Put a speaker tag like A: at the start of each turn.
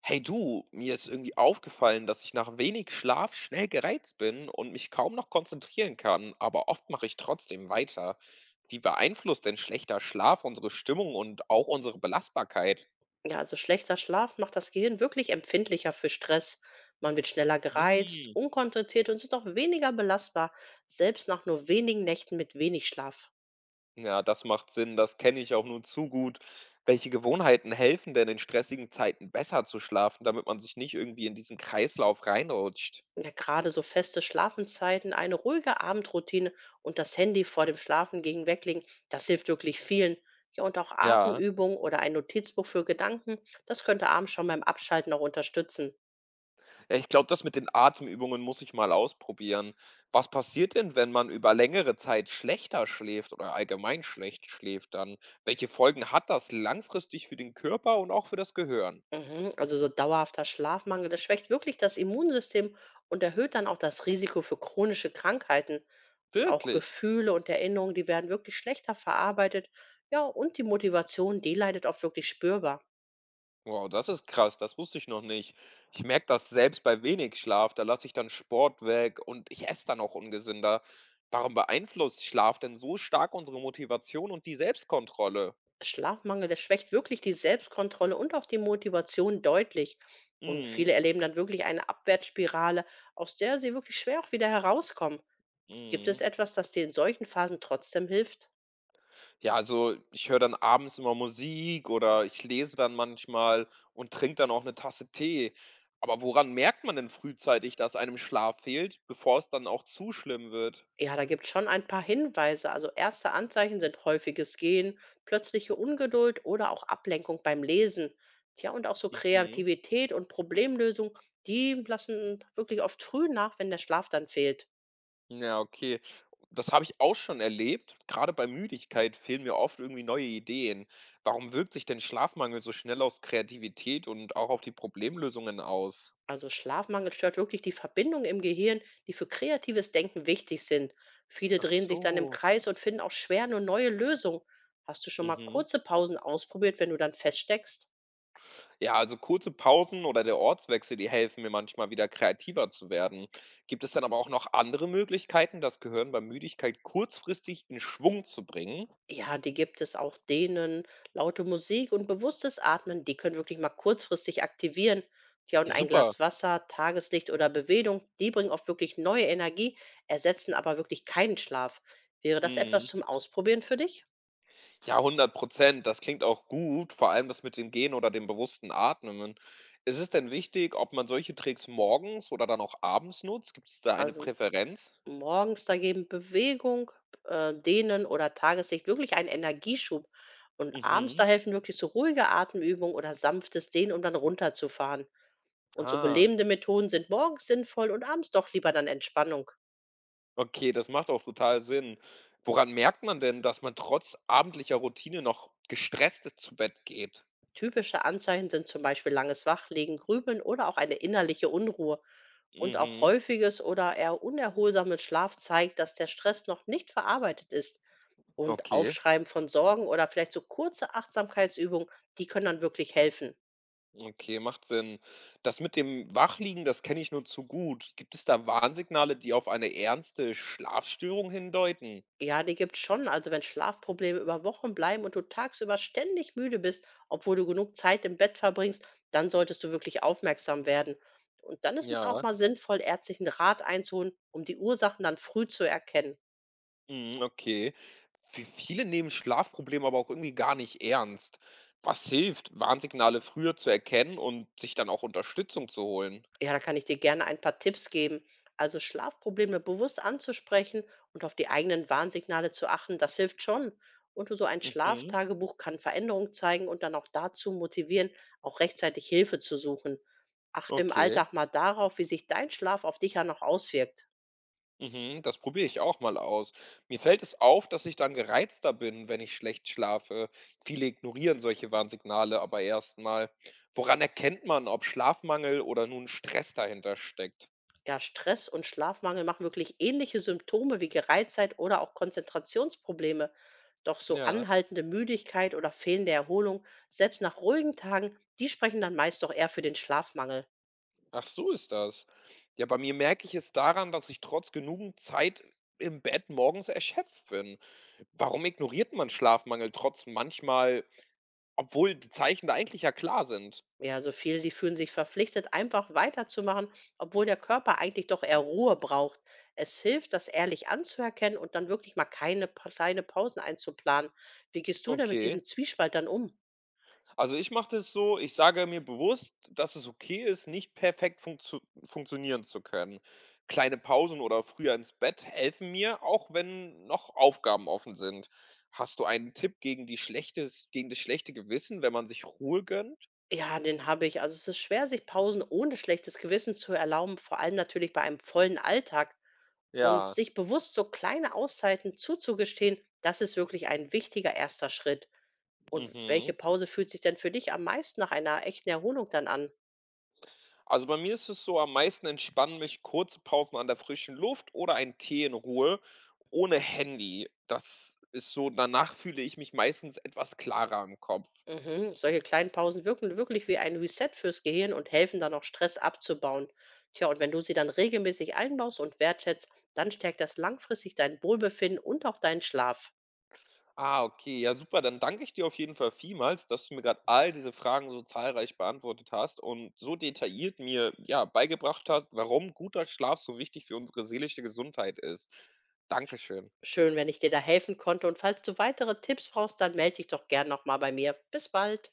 A: Hey du, mir ist irgendwie aufgefallen, dass ich nach wenig Schlaf schnell gereizt bin und mich kaum noch konzentrieren kann, aber oft mache ich trotzdem weiter. Wie beeinflusst denn schlechter Schlaf unsere Stimmung und auch unsere Belastbarkeit?
B: Ja, also schlechter Schlaf macht das Gehirn wirklich empfindlicher für Stress. Man wird schneller gereizt,
A: Hm.
B: unkonzentriert und ist auch weniger belastbar, selbst nach nur wenigen Nächten mit wenig Schlaf.
A: Ja, das macht Sinn, das kenne ich auch nur zu gut. Welche Gewohnheiten helfen denn in stressigen Zeiten besser zu schlafen, damit man sich nicht irgendwie in diesen Kreislauf reinrutscht?
B: Ja, gerade so feste Schlafenzeiten, eine ruhige Abendroutine und das Handy vor dem Schlafen gegen weglegen, das hilft wirklich vielen. Ja, und auch
A: Ja.
B: Atemübungen oder ein Notizbuch für Gedanken, das könnte abends schon beim Abschalten auch unterstützen.
A: Ja, ich glaube, das mit den Atemübungen muss ich mal ausprobieren. Was passiert denn, wenn man über längere Zeit schlechter schläft oder allgemein schlecht schläft dann? Welche Folgen hat das langfristig für den Körper und auch für das Gehirn?
B: Mhm, also so dauerhafter Schlafmangel, das schwächt wirklich das Immunsystem und erhöht dann auch das Risiko für chronische Krankheiten. Und auch
A: Wirklich?
B: Gefühle und Erinnerungen, die werden wirklich schlechter verarbeitet. Ja, und die Motivation, die leidet oft wirklich spürbar.
A: Wow, das ist krass, das wusste ich noch nicht. Ich merke das selbst bei wenig Schlaf, da lasse ich dann Sport weg und ich esse dann auch ungesünder. Warum beeinflusst Schlaf denn so stark unsere Motivation und die Selbstkontrolle?
B: Schlafmangel, der schwächt wirklich die Selbstkontrolle und auch die Motivation deutlich. Und
A: Mhm.
B: viele erleben dann wirklich eine Abwärtsspirale, aus der sie wirklich schwer auch wieder herauskommen. Gibt es
A: Mhm.
B: etwas, das dir in solchen Phasen trotzdem hilft?
A: Ja, also ich höre dann abends immer Musik oder ich lese dann manchmal und trinke dann auch eine Tasse Tee. Aber woran merkt man denn frühzeitig, dass einem Schlaf fehlt, bevor es dann auch zu schlimm wird?
B: Ja, da gibt's schon ein paar Hinweise. Also erste Anzeichen sind häufiges Gehen, plötzliche Ungeduld oder auch Ablenkung beim Lesen. Tja, und auch so
A: Mhm.
B: Kreativität und Problemlösung, die lassen wirklich oft früh nach, wenn der Schlaf dann fehlt.
A: Ja, okay. Das habe ich auch schon erlebt. Gerade bei Müdigkeit fehlen mir oft irgendwie neue Ideen. Warum wirkt sich denn Schlafmangel so schnell auf Kreativität und auch auf die Problemlösungen aus?
B: Also Schlafmangel stört wirklich die Verbindungen im Gehirn, die für kreatives Denken wichtig sind. Viele
A: Ach
B: drehen sich dann im
A: so.
B: Kreis und finden auch schwer nur neue Lösungen. Hast du schon mal
A: Mhm.
B: kurze Pausen ausprobiert, wenn du dann feststeckst?
A: Ja, also kurze Pausen oder der Ortswechsel, die helfen mir manchmal wieder kreativer zu werden. Gibt es dann aber auch noch andere Möglichkeiten, das Gehirn bei Müdigkeit kurzfristig in Schwung zu bringen?
B: Ja, die gibt es auch denen. Laute Musik und bewusstes Atmen, die können wirklich mal kurzfristig aktivieren. Ja, und
A: Ja,
B: ein
A: super.
B: Glas Wasser, Tageslicht oder Bewegung, die bringen oft wirklich neue Energie, ersetzen aber wirklich keinen Schlaf. Wäre das etwas
A: Mhm.
B: zum Ausprobieren für dich?
A: Ja, 100%. Das klingt auch gut, vor allem das mit dem Gehen oder dem bewussten Atmen. Ist es denn wichtig, ob man solche Tricks morgens oder dann auch abends nutzt? Gibt es da eine
B: Also
A: Präferenz?
B: morgens da geben Bewegung, Dehnen oder Tageslicht wirklich einen Energieschub. Und abends da
A: Mhm.
B: helfen wirklich so ruhige Atemübungen oder sanftes Dehnen, um dann runterzufahren. Und so
A: Ah.
B: belebende Methoden sind morgens sinnvoll und abends doch lieber dann Entspannung.
A: Okay, das macht auch total Sinn. Woran merkt man denn, dass man trotz abendlicher Routine noch gestresst zu Bett geht?
B: Typische Anzeichen sind zum Beispiel langes Wachlegen, Grübeln oder auch eine innerliche Unruhe. Und auch
A: Mhm.
B: häufiges oder eher unerholsames Schlaf zeigt, dass der Stress noch nicht verarbeitet ist. Und
A: Okay,
B: Aufschreiben von Sorgen oder vielleicht so kurze Achtsamkeitsübungen, die können dann wirklich helfen.
A: okay, macht Sinn. Das mit dem Wachliegen, das kenne ich nur zu gut. Gibt es da Warnsignale, die auf eine ernste Schlafstörung hindeuten?
B: Ja, die gibt's schon. Also wenn Schlafprobleme über Wochen bleiben und du tagsüber ständig müde bist, obwohl du genug Zeit im Bett verbringst, dann solltest du wirklich aufmerksam werden. Und dann ist es auch
A: Ja,
B: mal sinnvoll, ärztlichen Rat einzuholen, um die Ursachen dann früh zu erkennen.
A: mhm, okay. Viele nehmen Schlafprobleme aber auch irgendwie gar nicht ernst. Was hilft, Warnsignale früher zu erkennen und sich dann auch Unterstützung zu holen?
B: Ja, da kann ich dir gerne ein paar Tipps geben. Also Schlafprobleme bewusst anzusprechen und auf die eigenen Warnsignale zu achten, das hilft schon. Und so ein
A: Mhm.
B: Schlaftagebuch kann Veränderungen zeigen und dann auch dazu motivieren, auch rechtzeitig Hilfe zu suchen. Achte im
A: Okay.
B: Alltag mal darauf, wie sich dein Schlaf auf dich ja noch auswirkt.
A: Mhm, das probiere ich auch mal aus. Mir fällt es auf, dass ich dann gereizter bin, wenn ich schlecht schlafe. Viele ignorieren solche Warnsignale aber erstmal. Woran erkennt man, ob Schlafmangel oder nun Stress dahinter steckt?
B: Ja, Stress und Schlafmangel machen wirklich ähnliche Symptome wie Gereiztheit oder auch Konzentrationsprobleme. Doch so
A: Ja,
B: anhaltende Müdigkeit oder fehlende Erholung, selbst nach ruhigen Tagen, die sprechen dann meist doch eher für den Schlafmangel.
A: ach so ist das. Ja, bei mir merke ich es daran, dass ich trotz genügend Zeit im Bett morgens erschöpft bin. Warum ignoriert man Schlafmangel trotz manchmal, obwohl die Zeichen da eigentlich ja klar sind?
B: Ja, also viele, die fühlen sich verpflichtet, einfach weiterzumachen, obwohl der Körper eigentlich doch eher Ruhe braucht. Es hilft, das ehrlich anzuerkennen und dann wirklich mal keine pa- kleine Pausen einzuplanen. Wie gehst du denn mit
A: Okay.
B: diesem Zwiespalt dann um?
A: Also, ich mache das so, ich sage mir bewusst, dass es okay ist, nicht perfekt funktionieren zu können. Kleine Pausen oder früher ins Bett helfen mir, auch wenn noch Aufgaben offen sind. Hast du einen Tipp gegen die schlechtes gegen das schlechte Gewissen, wenn man sich Ruhe gönnt?
B: Ja, den habe ich. Also es ist schwer, sich Pausen ohne schlechtes Gewissen zu erlauben, vor allem natürlich bei einem vollen Alltag. Und
A: Ja,
B: sich bewusst so kleine Auszeiten zuzugestehen, das ist wirklich ein wichtiger erster Schritt. Und
A: mhm.
B: welche Pause fühlt sich denn für dich am meisten nach einer echten Erholung dann an?
A: Also, bei mir ist es so, am meisten entspannen mich kurze Pausen an der frischen Luft oder ein Tee in Ruhe ohne Handy. Das ist so, danach fühle ich mich meistens etwas klarer im Kopf.
B: Mhm, solche kleinen Pausen wirken wirklich wie ein Reset fürs Gehirn und helfen dann auch Stress abzubauen. Tja, und wenn du sie dann regelmäßig einbaust und wertschätzt, dann stärkt das langfristig dein Wohlbefinden und auch deinen Schlaf.
A: Ah, okay. Ja, super. Dann danke ich dir auf jeden Fall vielmals, dass du mir gerade all diese Fragen so zahlreich beantwortet hast und so detailliert mir ja beigebracht hast, warum guter Schlaf so wichtig für unsere seelische Gesundheit ist.
B: Sch
A: Dankeschön.
B: Schön, wenn ich dir da helfen konnte, und falls du weitere Tipps brauchst, dann melde dich doch gern nochmal bei mir. Bis bald.